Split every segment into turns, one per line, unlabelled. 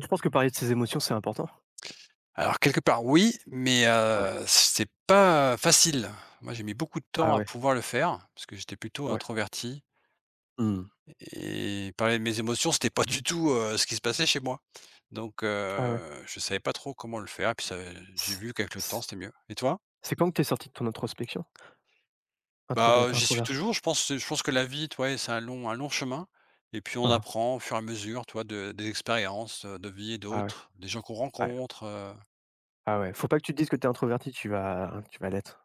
Tu penses que parler de ses émotions, c'est important?
Alors quelque part oui, mais
Ouais.
c'est pas facile. Moi, j'ai mis beaucoup de temps
Ah
à
ouais,
pouvoir le faire, parce que j'étais plutôt
ouais.
introverti
Mmh.
et parler de mes émotions, c'était pas du tout, ce qui se passait chez moi. Donc
Ah ouais.
heu, je savais pas trop comment le faire et puis ça j'ai
C
vu qu'avec le temps,
c
c'était mieux. Et toi?
c'est quand que t'es sorti de ton introspection?
Bah, j'y suis
Introversion?
toujours, je pense que la vie, toi, c'est un long chemin et puis on
Mmh.
apprend au fur et à mesure, toi, de des expériences, de vie et
Ah ouais,
d'autres, des gens qu'on
ah ouais,
rencontre,
ah ouais. Faut pas que tu te dises que t'es introverti, tu vas l'être.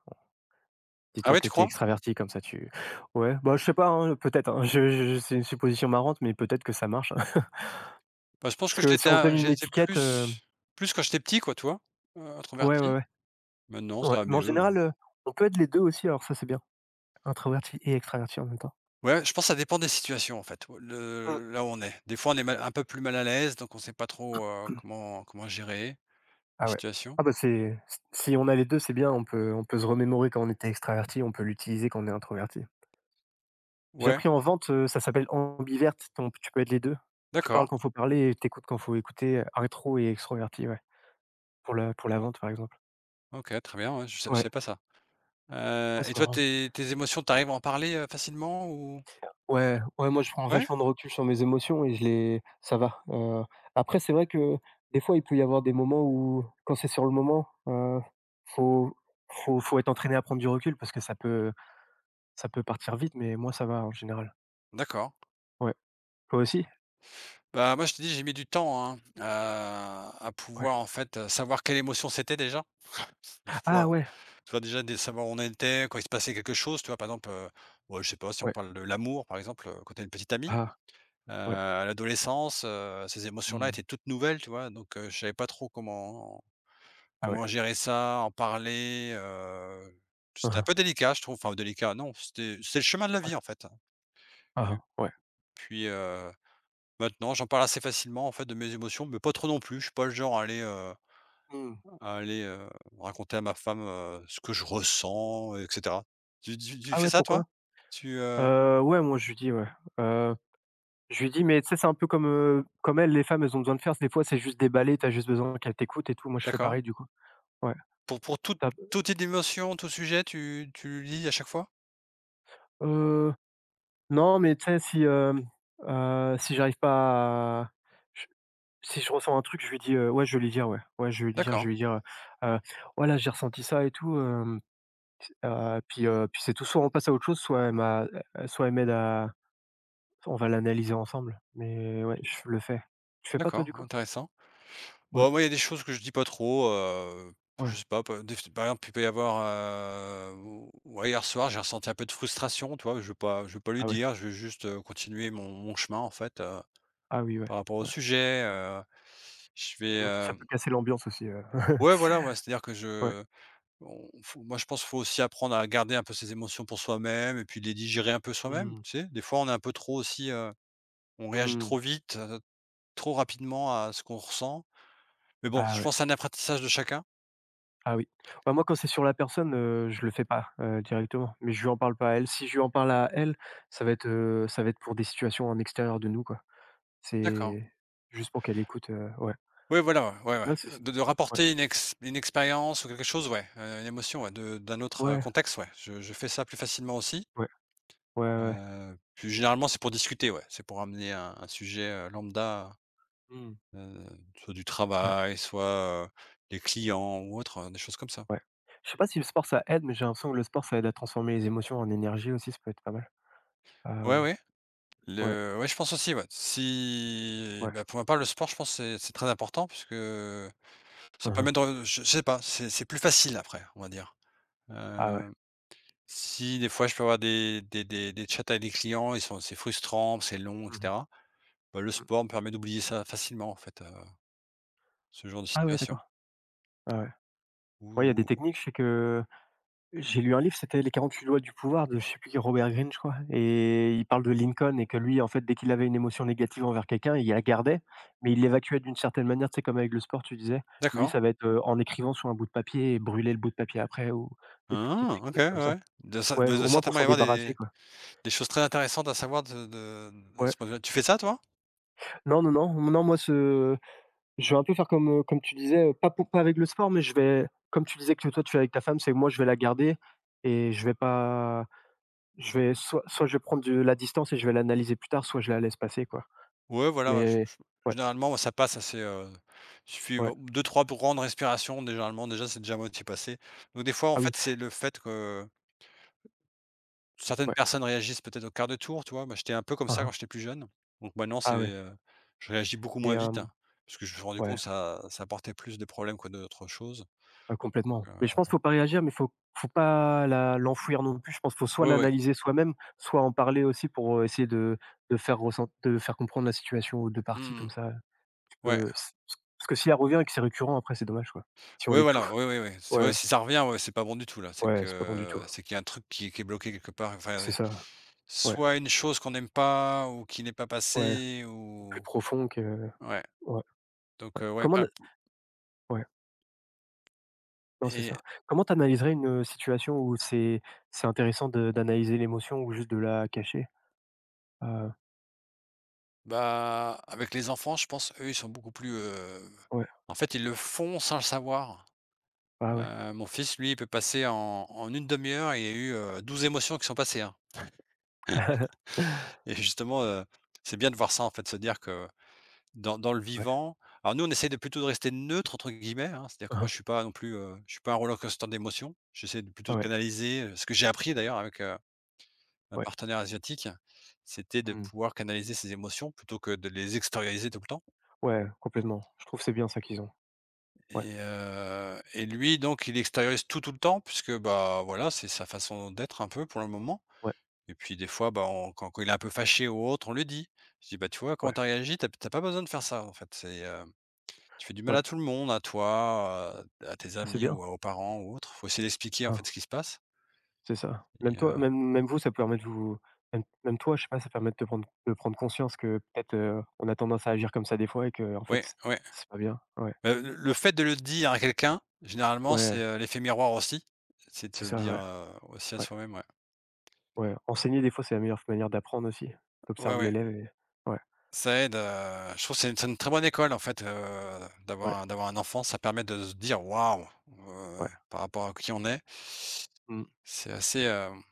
ah
Dis-toi
ouais,
que
tu
t'es
crois?
extraverti comme ça tu Ouais, bah, je sais pas, hein, peut-être, hein, je c'est une supposition marrante, mais peut-être que ça marche.
Bah, je pense
Parce
que
que si
j'étais
on se donne
un
une
j'étais
étiquette,
plus plus quand j'étais petit quoi, tu vois?
ouais, ouais,
Introverti.
ouais.
Maintenant
Ouais,
ça va
mais en
mieux. Ouais.
général, on peut être les 2 aussi, alors ça, c'est bien. Introverti et extraverti en même temps.
Ouais, je pense que ça dépend des situations en fait, ouais,
Mmh.
le là où on est. Des fois on est mal un peu plus mal à l'aise, donc on sait pas trop, comment gérer les
Ah ouais.
situations.
Ah bah, c'est s si on a les deux, c'est bien. On peut se remémorer quand on était extraverti, on peut l'utiliser quand on est introverti. J'ai
Ouais,
appris en vente, ça s'appelle ambiverte. Ton Tu peux être les 2. Tu parles
d'accord.
quand faut parler et t'écoutes quand faut écouter, rétro et extroverti, ouais, pour la vente, par exemple.
OK, très bien, ouais, je
Ouais.
savais pas ça.
Ouais,
Et
c'est
toi,
marrant.
tes émotions, t'arrives à en parler, facilement ou
Ouais, ouais, moi, je prends
ouais?
vachement de recul sur mes émotions et je les ça va. Après, c'est vrai que des fois, il peut y avoir des moments où, quand c'est sur le moment, faut faut être entraîné à prendre du recul parce que ça ça peut partir vite. Mais moi, ça va en général.
D'accord.
Ouais. Toi aussi?
Bah, moi je te dis, j'ai mis du temps, hein, à
Ouais.
pouvoir en fait, savoir quelle émotion c'était déjà.
Ah ouais,
Tu vois déjà des savoir où on était, quand il se passait quelque chose, tu vois? Par exemple, ouais, je sais pas si on
ouais.
parle de l'amour, par exemple, quand tu une petite amie,
Ah ouais.
à l'adolescence, ces émotions-là
Mmh.
étaient toutes nouvelles, tu vois? Donc, je savais pas trop comment
Ah ouais.
comment gérer ça, en parler,
Ah
c'était un
hein.
peu délicat, je trouve. Enfin délicat, non, c'était c'est le chemin de la
Ouais.
vie, en fait, hein.
Ah
Et
hein. Ouais.
puis, maintenant, j'en parle assez facilement, en fait, de mes émotions, mais pas trop non plus. Je suis pas le genre à aller,
Mmh.
à aller, raconter à ma femme, ce que je ressens et cetera. Tu
Ah
fais
ouais,
ça toi?
pourquoi?
Tu,
Ouais, moi, je lui dis, ouais. Heu, je lui dis, mais tu sais, c'est un peu comme, comme elles, les femmes, elles ont besoin de faire. Des fois, c'est juste déballer. T'as juste besoin qu'elles t'écoutent et tout. Moi, je fais
d'accord.
pareil, du coup. Ouais.
Pour toute
Tu as
toute tes émotions, tout sujet, tu le dis à chaque fois?
Non, mais tu sais, si, si j'arrive pas à je si je ressens un truc, je lui dis, ouais, je vais lui dire, ouais. Ouais, je vais lui dire, je vais
D'accord,
lui dire, heu: «Heu, voilà, j'ai ressenti ça et tout.» Puis c'est tout. Soit on passe à autre chose, soit elle m'aide à... on va l'analyser ensemble. Mais ouais, je le fais. Tu fais pas, toi,
d'accord,
du coup?
intéressant.
Ouais,
Bon, moi, il y a des choses que je dis pas trop, je
ouais.
sais pas, par des par exemple, il peut y avoir, ou ouais, hier soir, j'ai ressenti un peu de frustration, tu vois? Je vais pas lui
Ah ouais.
dire, je vais juste, continuer mon chemin, en fait,
Ah oui, ouais,
par rapport au
ouais.
sujet, je vais,
Mmh, ça peut casser l'ambiance aussi.
ouais, voilà, ouais, c'est-à-dire que
Ouais.
je on faut moi, je pense qu'il faut aussi apprendre à garder un peu ses émotions pour soi-même et puis les digérer un peu soi-même,
Mmh.
tu sais? Des fois, on est un peu trop aussi, on réagit
Mmh.
trop vite, trop rapidement à ce qu'on ressent. Mais bon,
Ah
je
ouais.
pense que c'est un apprentissage de chacun.
Ah oui. Bah, moi, quand c'est sur la personne, je le fais pas, directement, mais je lui en parle pas à elle. Si je lui en parle à elle, ça va être pour des situations en extérieur de nous, quoi.
D'accord.
C'est juste pour qu'elle écoute, ouais.
Oui, voilà, ouais, ouais,
Ouais, c'est...
ouais. De
ouais.
rapporter une expérience ou quelque chose, ouais, une émotion, ouais, de d'un autre,
Ouais,
contexte, ouais. Je fais ça plus facilement aussi.
ouais, ouais, ouais, ouais.
Puis généralement, c'est pour discuter, ouais. C'est pour amener un sujet, lambda.
Mmh.
Heu, soit du
Ouais,
travail, soit, les clients ou autre, des choses comme ça.
ouais. Je sais pas si le sport ça aide, mais j'ai l'impression que le sport, ça aide à transformer les émotions en énergie aussi, ça peut être pas mal.
Ouais,
Hem,
ouais,
ouais,
le ouais, je pense aussi, ouais. Si
ouais.
bah, pour ma part, le sport, je pense, que c'est très important puisque
Hein
ça
hein.
permet de re- je sais pas, c'est plus facile après, on va dire.
Ah ouais.
Heu, si des fois je peux avoir des chats avec des clients, ils sont c'est frustrant, c'est long et
Mmh.
cetera. Bah, le
Mmh.
sport me permet d'oublier ça facilement en fait, ce genre de
Ah ouais,
situation.
d'accord. Ah ouais. Ouais, il y a des
Ou
techniques, je sais que... J'ai lu un livre, c'était Les 48 lois du pouvoir de je sais plus qui, Robert Greene, je crois, et il parle de Lincoln et que lui, en fait, dès qu'il avait une émotion négative envers quelqu'un, il la gardait, mais il l'évacuait d'une certaine manière. Tu sais, comme avec le sport, tu disais. Lui,
d'accord.
ça va être, en écrivant sur un bout de papier et brûler le bout de papier après, ou petites
Ah! OK,
techniques
ouais,
comme ça.
ouais. Doit cer
Ouais,
bah, doit
au moins pour
certainement y
s'en
avoir
débarrasser,
des
quoi.
Des choses très intéressantes à savoir de de
Ouais.
ce point de vue-là. Tu fais ça toi?
Non, non, non, non, moi, ce je vais un peu faire comme, comme tu disais, pas avec le sport, mais je vais, comme tu disais que toi tu fais avec ta femme, c'est que moi, je vais la garder et je vais pas... Je vais, soit je vais prendre de la distance et je vais l'analyser plus tard, soit je la laisse passer, quoi.
Ouais, voilà, ouais,
Mais
je
ouais,
généralement, moi, ça passe assez, il suffit,
ouais.
2-3 grandes respirations, dé généralement, déjà, c'est déjà à moitié passé. Donc des fois, en
Ah oui,
fait, c'est le fait que certaines
ouais.
personnes réagissent peut-être au quart de tour, tu vois? Moi, j'étais un peu comme
Hein,
ça
hein.
quand j'étais plus jeune. Donc maintenant, c'est,
Ah ouais.
je réagis beaucoup
et
moins vite
hem,
hein, parce que je me suis rendu compte
ouais,
que ça apportait plus de problèmes que d'autres choses.
ouais,
Donc
complètement.
heu,
Mais je pense qu'il faut pas réagir, mais faut pas la l'enfouir non plus. Je pense qu'il faut soit
ouais, ouais.
l'analyser soi-même, soit en parler aussi pour, essayer de faire ressent de faire comprendre la situation aux 2 parties comme
Mmh.
ça. Tu
Ouais.
peux s s Parce que si elle revient et que c'est récurrent, après c'est dommage, quoi. Si on
Ouais, voilà,
l'étouffe.
oui, oui, oui. C'est ouais,
Ouais,
si ça revient, ouais, c'est pas bon du tout là. C'est
ouais, c'est pas bon du tout.
que c'est qu'il y a un truc qui est bloqué quelque part. Enfin,
C'est
ouais.
ça, ouais,
Soit une chose qu'on n'aime pas ou qui n'est pas
ouais,
passée
plus
ou
profond que...
ouais.
ouais,
Donc
ouais.
heu, ouais,
Comment
pas
Ouais. Non, c'est
et
ça. Comment tu analyserais une, situation où c'est intéressant de d'analyser l'émotion ou juste de la cacher? Heu,
bah, avec les enfants, je pense, eux, ils sont beaucoup plus,
ouais,
en fait, ils le font sans le savoir.
ah ouais.
Mon fils, lui, il peut passer en 1/2 heure, il y a eu, 12 émotions qui sont passées, hein, et justement, c'est bien de voir ça, en fait, se dire que dans le
Ouais.
vivant, alors nous on essaie de plutôt de rester «neutre» entre guillemets, hein. C'est-à-dire
Hein
que moi
hein.
je suis pas non plus, je suis pas un roller coaster d'émotions. J'essaie de plutôt
Ah
de
ouais,
canaliser, ce que j'ai appris d'ailleurs avec, un
ouais.
partenaire asiatique, c'était de
Mmh.
pouvoir canaliser ses émotions plutôt que de les extérioriser tout le temps
Ouais, complètement. Je trouve que c'est bien ça qu'ils ont. Ouais,
et lui donc il extériorise tout, tout le temps puisque, bah, voilà, c'est sa façon d'être un peu pour le moment
ouais,
et puis des fois, bah, on quand il est un peu fâché ou autre, on lui dit. Je dis: «Bah, tu vois comment
ouais,
tu as réagi, tu as pas besoin de faire ça en fait, c'est,» Tu fais du mal
ouais.
à tout le monde, à toi, à tes
Ah c'est
amis
bien,
ou aux parents ou autres. Faut essayer d'expliquer, en
hein,
fait, ce qui se passe
c'est ça. Même
et
toi, même vous, ça permet de vous... même toi, je sais pas, ça permet de prendre conscience que peut-être, on a tendance à agir comme ça des fois, et que, en fait,
ouais, ouais.
c'est pas bien. Ouais,
Le fait de le dire à quelqu'un, généralement, c'est,
ouais,
l'effet miroir aussi. C'est de
c'est
se le
ça, ouais,
dire,
ouais.
aussi à soi-même, ouais.
Ouais, enseigner des fois, c'est la meilleure manière d'apprendre aussi.
Ouais,
Tu...
ouais,
l'élève, et ouais,
ça aide, je trouve que c'est une très bonne école, en fait,
ouais,
d'avoir un enfant. Ça permet de se dire: «Waouh!»,
ouais,
par rapport à qui on est.
mmh,
C'est assez,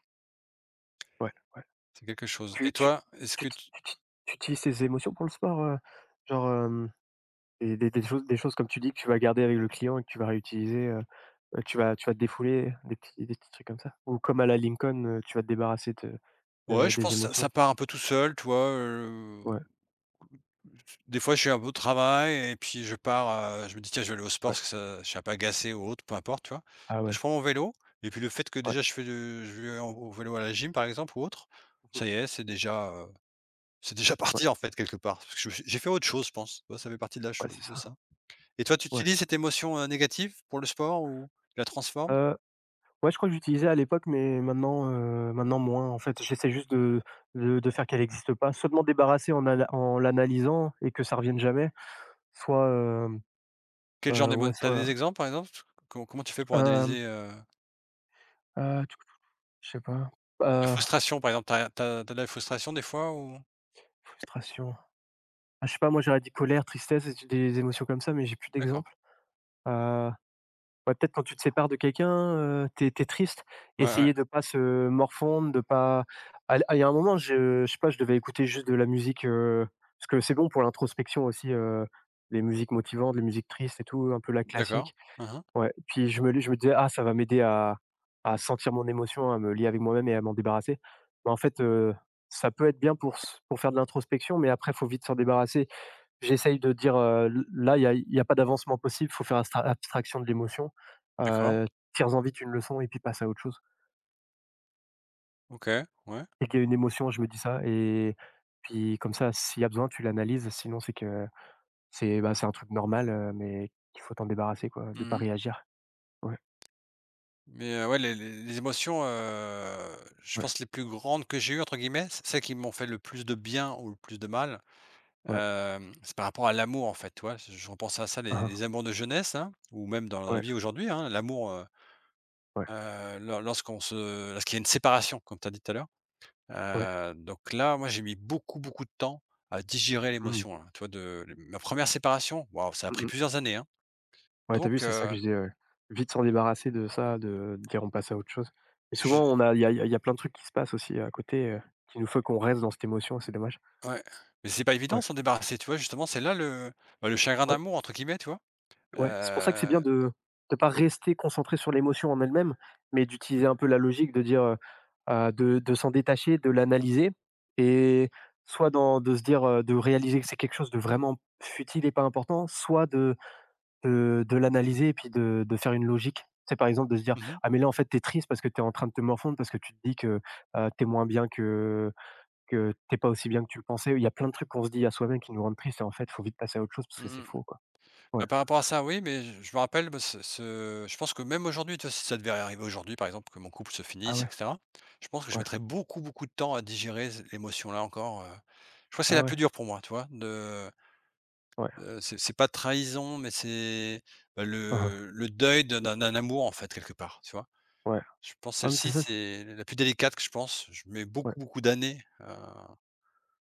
ouais, ouais.
c'est quelque chose et
Tu tu
toi, est-ce
tu
que
tu
tu
tu tu utilises tes émotions pour le sport? Genre, des choses comme tu dis que tu vas garder avec le client et que tu vas réutiliser, tu vas te défouler, des petits trucs comme ça? Ou comme à la Lincoln, tu vas te débarrasser de
ouais,
de
je
des
pense que ça
émotions?
part un peu tout seul, toi. euh,
Ouais,
Des fois, je suis un peu au travail et puis je pars, je me dis: «Tiens, je vais aller au sport
ouais.
parce que ça je suis un peu agacé ou autre», peu importe, tu vois?
Ah ouais,
Je prends mon vélo et puis le fait que
ouais.
déjà je fais de je vais en au vélo à la gym, par exemple, ou autre, ça y
Mmh.
est, c'est déjà
Ouais,
parti, en fait, quelque part. Parce que je me suis j'ai fait autre chose, je pense. Tu vois, ça fait partie de la
ouais, c'est
chose de
ça.
ça. Et toi, tu
Ouais.
utilises cette émotion, négative pour le sport ou tu la transformes?
Heu Ouais, je crois que j'utilisais à l'époque, mais maintenant, maintenant moins, en fait. J'essaie juste de faire qu'elle existe pas, soit de m'en débarrasser en l'analysant et que ça revienne jamais, soit,
Quel genre
ouais,
d'émo t'as des
soit,
exemples, par exemple? Com comment tu fais pour
hem,
analyser,
heu, je sais pas,
la
heu,
frustration, par exemple? T'as t'as tu de la frustration des fois ou?
frustration. Ah, je sais pas, moi j'aurais dit colère, tristesse, des émotions comme ça, mais j'ai plus
D'accord.
d'exemple. Ouais, peut-être quand tu te sépares de quelqu'un, tu es triste,
Ouais, ouais.
essayer de pas se morfondre, de pas à il y a un moment, je sais pas, je devais écouter juste de la musique, parce que c'est bon pour l'introspection aussi, les musiques motivantes, les musiques tristes et tout, un peu la
D'accord.
classique.
Mmh.
Ouais, puis je me disais: «Ah, ça va m'aider à sentir mon émotion, à me lier avec moi-même et à m'en débarrasser». Mais en fait, ça peut être bien pour s pour faire de l'introspection, mais après, faut vite s'en débarrasser. J'essaye de dire, là, il y a pas d'avancement possible, faut faire astra abstraction de l'émotion.
D'accord,
Heu, Tires-en vite une leçon et puis passe à autre chose.
OK, ouais.
Dès qu'il y a une émotion, je me dis ça, et puis comme ça, s'il y a besoin, tu l'analyses, sinon c'est que c'est un truc normal, mais qu'il faut t'en débarrasser, quoi, de pas
Mmh.
réagir. Ouais,
Mais ouais, les émotions, je
ouais,
pense les plus grandes que j'ai eues entre guillemets, c celles qui m'ont fait le plus de bien ou le plus de mal,
ouais.
c'est par rapport à l'amour en fait, tu vois? Je repense à ça,
Hein,
les
hein.
les amours de jeunesse, hein, ou même dans la
Ouais,
vie aujourd'hui, hein, l'amour,
ouais,
lor lorsqu'on se lorsqu'il y a une séparation, comme tu as dit tout à l'heure.
ouais.
Donc là, moi, j'ai mis beaucoup, beaucoup de temps à digérer
Mmh.
l'émotion, hein, tu vois? De ma première séparation, waouh, ça a
Mmh
pris
mh.
plusieurs années, hein.
Ouais, tu vu,
Donc
c'est ça
heu,
que je dis, ouais. Vite s'en débarrasser de ça, de dire: «On passe à autre chose». Et
je
souvent on a il y a plein de trucs qui se passent aussi à côté, qui nous fait qu'on reste dans cette émotion, c'est dommage.
ouais, mais c'est pas évident
Ouais,
de s'en débarrasser, tu vois? Justement, c'est là le bah, le «chagrin
ouais,
d'amour» entre guillemets, tu vois?
ouais. C'est pour ça que c'est
Heu,
bien de pas rester concentré sur l'émotion en elle-même, mais d'utiliser un peu la logique de dire, de s'en détacher, de l'analyser et soit dans de se dire, de réaliser que c'est quelque chose de vraiment futile et pas important, soit de l'analyser et puis de faire une logique. C'est, par exemple, de se dire:
mmh mh.
«Ah mais là, en fait, t'es triste parce que t'es en train de te morfondre, parce que tu te dis que, tu moins bien que t'es pas aussi bien que tu le pensais». Il y a plein de trucs qu'on se dit à soi-même qui nous rendent tristes, et en fait, faut vite passer à autre chose parce que c'est
Mmh.
faux, quoi. Ouais.
Bah, par rapport à ça, oui, mais je me rappelle, bah, ce ce je pense que même aujourd'hui, tu vois, si ça devait arriver aujourd'hui, par exemple, que mon couple se
Ah
finisse et
ouais,
cetera, je pense que je
ouais.
mettrais beaucoup, beaucoup de temps à digérer z l'émotion-là encore. Je crois que c'est
Ah
la plus
ouais,
dure pour moi, tu vois? De,
ouais.
c'est pas trahison, mais c'est, bah,
Hein, hein,
le deuil d'un d'un amour, en fait, quelque part, tu vois?
ouais.
Je pense
Ah mais
celle-ci,
c'est ça, c'est...
c'est la plus délicate que je pense. Je mets
ouais.
beaucoup, beaucoup d'années,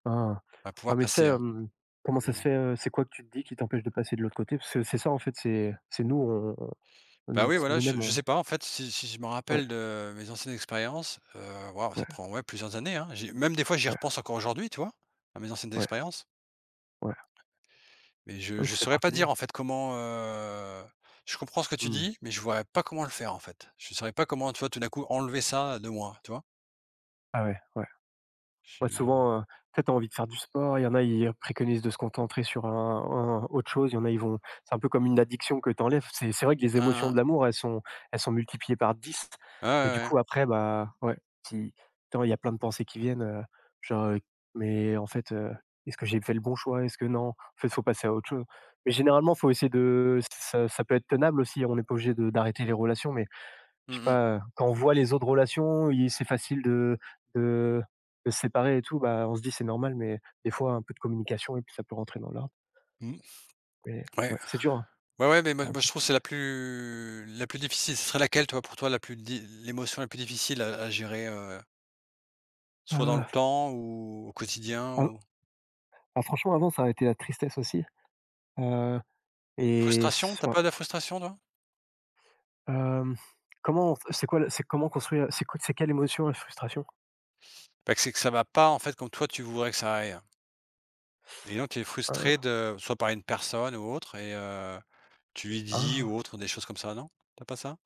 Hein, hein.
à
Ah
pouvoir
mais tu sais,
passer, hein,
comment ça se
heu,
fait, c'est quoi que tu te dis qui t'empêche de passer de l'autre côté? Parce que c'est ça, en fait, c'est nous, on
bah,
on
oui,
c'est
voilà, je
nous-mêmes,
je
on...
sais pas, en fait, si je me
ouais,
rappelle de mes anciennes expériences, waouh, ça
ouais,
prend, ouais, plusieurs années, hein. J'y même des fois, j'y
ouais,
repense encore aujourd'hui, tu vois? À mes anciennes
ouais,
expériences,
ouais.
mais je
Oui, ça
je
fait
saurais pas
partie de nous.
dire, en fait, comment, je comprends ce que tu
Mmh.
dis, mais je ne vois pas comment le faire, en fait. Je ne saurais pas comment, tu vois, tout d'un coup, enlever ça de moi, tu vois?
Ah ouais, ouais.
Je
Ouais, souvent, tu sais, tu envie de faire du sport, il y en a, ils préconisent de se concentrer sur un autre chose, il y en a, ils vont... c'est un peu comme une addiction que t'enlèves. C'est vrai que les émotions
un
de l'amour, elles sont... elles sont multipliées par 10.
ouais,
Mais
ouais,
du
ouais.
coup, après, bah, ouais, si tant il y a plein de pensées qui viennent, genre, «Mais en fait, est-ce que j'ai fait le bon choix? Est-ce que non?» En fait, faut passer à autre chose. Mais généralement, faut essayer de ça ça peut être tenable aussi, on n'est pas obligé de d'arrêter les relations, mais je sais
Mmh mh.
pas, quand on voit les autres relations, il c'est facile de de se séparer et tout, bah, on se dit: «C'est normal», mais des fois un peu de communication et puis ça peut rentrer dans l'ordre.
Mmh.
Mais
Ouais.
ouais, c'est dur, hein,
Ouais, ouais, mais moi
en
moi je
effet.
trouve que c'est la plus difficile. Ce serait laquelle toi, pour toi, la plus di l'émotion la plus difficile à gérer, soit dans le
Heu,
temps ou au quotidien
ah
ou
ah, franchement, avant ça a été la tristesse aussi, heu et s
frustration? T'as
enfin,
pas de la frustration toi?
hem, comment c'est quoi le c'est comment construire c'est quoi c'est quelle émotion, la frustration?
Bah, que c'est que ça va pas en fait comme toi tu voudrais que ça aille et donc tu es
Heu,
frustré de soit par une personne ou autre et tu lui dis
ah,
ou autre des choses comme ça, non? T'as pas ça?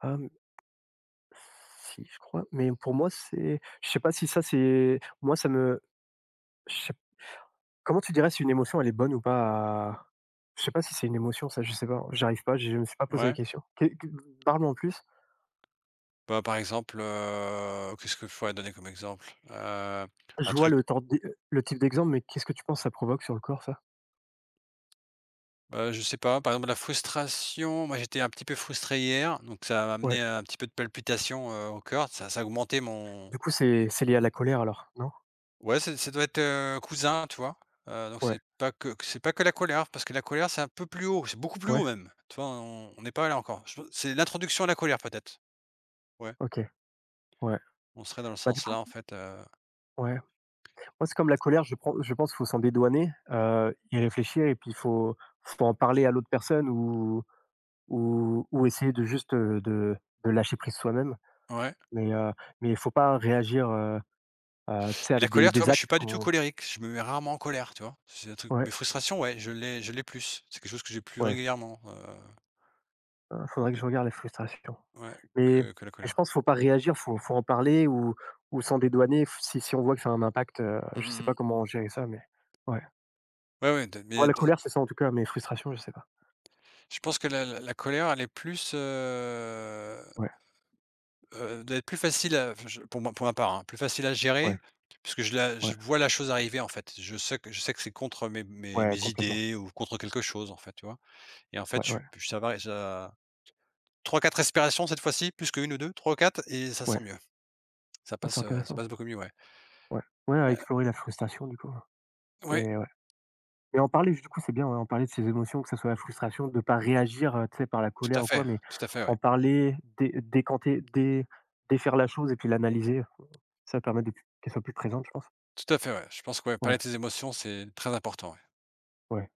ah, mmh, si, je crois, mais pour moi c'est... je sais pas si ça c'est moi ça me... je sais... Comment tu dirais si une émotion elle est bonne ou pas à... je sais pas si c'est une émotion, ça. Je sais pas, j'arrive pas, je me suis pas posé la
Ouais?
question. Qu'est que Parle-moi en plus.
Bah, par exemple, qu'est-ce que je pourrais donner comme exemple?
Je
Un
vois
truc
le tord d'é le type d'exemple, mais qu'est-ce que tu penses que ça provoque sur le corps, ça?
Je sais pas, par exemple la frustration, moi j'étais un petit peu frustré hier, donc ça m'a
Ouais.
amené un petit peu de palpitations, au cœur, ça a augmenté mon
Du coup, c'est lié à la colère, alors, non?
ouais ça doit être, cousin, tu vois? Donc
Ouais,
c'est pas que la colère, parce que la colère c'est un peu plus haut, c'est beaucoup plus
ouais,
haut même, tu vois? On n'est pas là encore. Je pense c'est l'introduction à la colère peut-être? Ouais,
OK, ouais.
on serait dans le
Bah, du
sens
coup,
là en fait,
ouais. Moi c'est comme la colère, je pense qu'il faut s'en dédouaner, y réfléchir, et puis il faut en parler à l'autre personne ou ou essayer de juste, de lâcher prise soi-même.
ouais.
Mais, heu, mais il faut pas réagir. Tu sais,
Et la
avec des
colère, tu vois,
des
moi, je
actes
suis pas du tout
qu'on...
colérique. Je me mets rarement en colère, tu vois? C'est un truc
ouais,
mes frustrations, ouais, je l'ai plus. C'est quelque chose que j'ai plus
ouais,
régulièrement,
faudrait que je
que
regarde les frustrations.
ouais,
Mais
que la
mais je
colère.
pense qu'il ne faut pas réagir, faut en parler ou s'en dédouaner. F Si on voit que ça a un impact,
Mmh
je sais
mh,
pas
mmh.
comment gérer ça, mais ouais.
Ouais, ouais, de
Moi,
mais
la
de
colère, c'est ça en tout cas, mais frustration, je sais pas.
je pense que la colère, elle est plus,
Ouais,
doit être plus facile à enfin, je pour moi, pour ma part, hein, plus facile à
ouais,
gérer puisque
ouais,
je vois la chose arriver, en fait. Je sais que c'est contre mes
ouais,
mes
complètement.
idées ou contre quelque chose, en fait, tu vois? Et en fait,
Ouais,
je suis
ouais,
p ça va, ça 3-4 respirations cette fois-ci, plus qu'une ou 2, 3, ou 4 et ça
ouais.
sent mieux.
Ah, c'est
Ça
intéressant.
passe beaucoup mieux, ouais.
Ouais, ouais, à
Heu,
explorer la frustration, du coup, ouais.
ouais,
et Et en parler, du coup, c'est bien, ouais, en parler de ses émotions, que ça soit la frustration de ne pas réagir, tu sais, par la
tout
colère
à
ou quoi,
fait,
mais
tout à fait,
en
ouais.
parler, dé décanter, dé défaire la chose et puis l'analyser, ça permet de qu'elle soit plus présente, je pense.
Tout à fait, ouais. Je pense que, ouais,
Ouais,
parler de ses émotions, c'est très important, ouais.
ouais.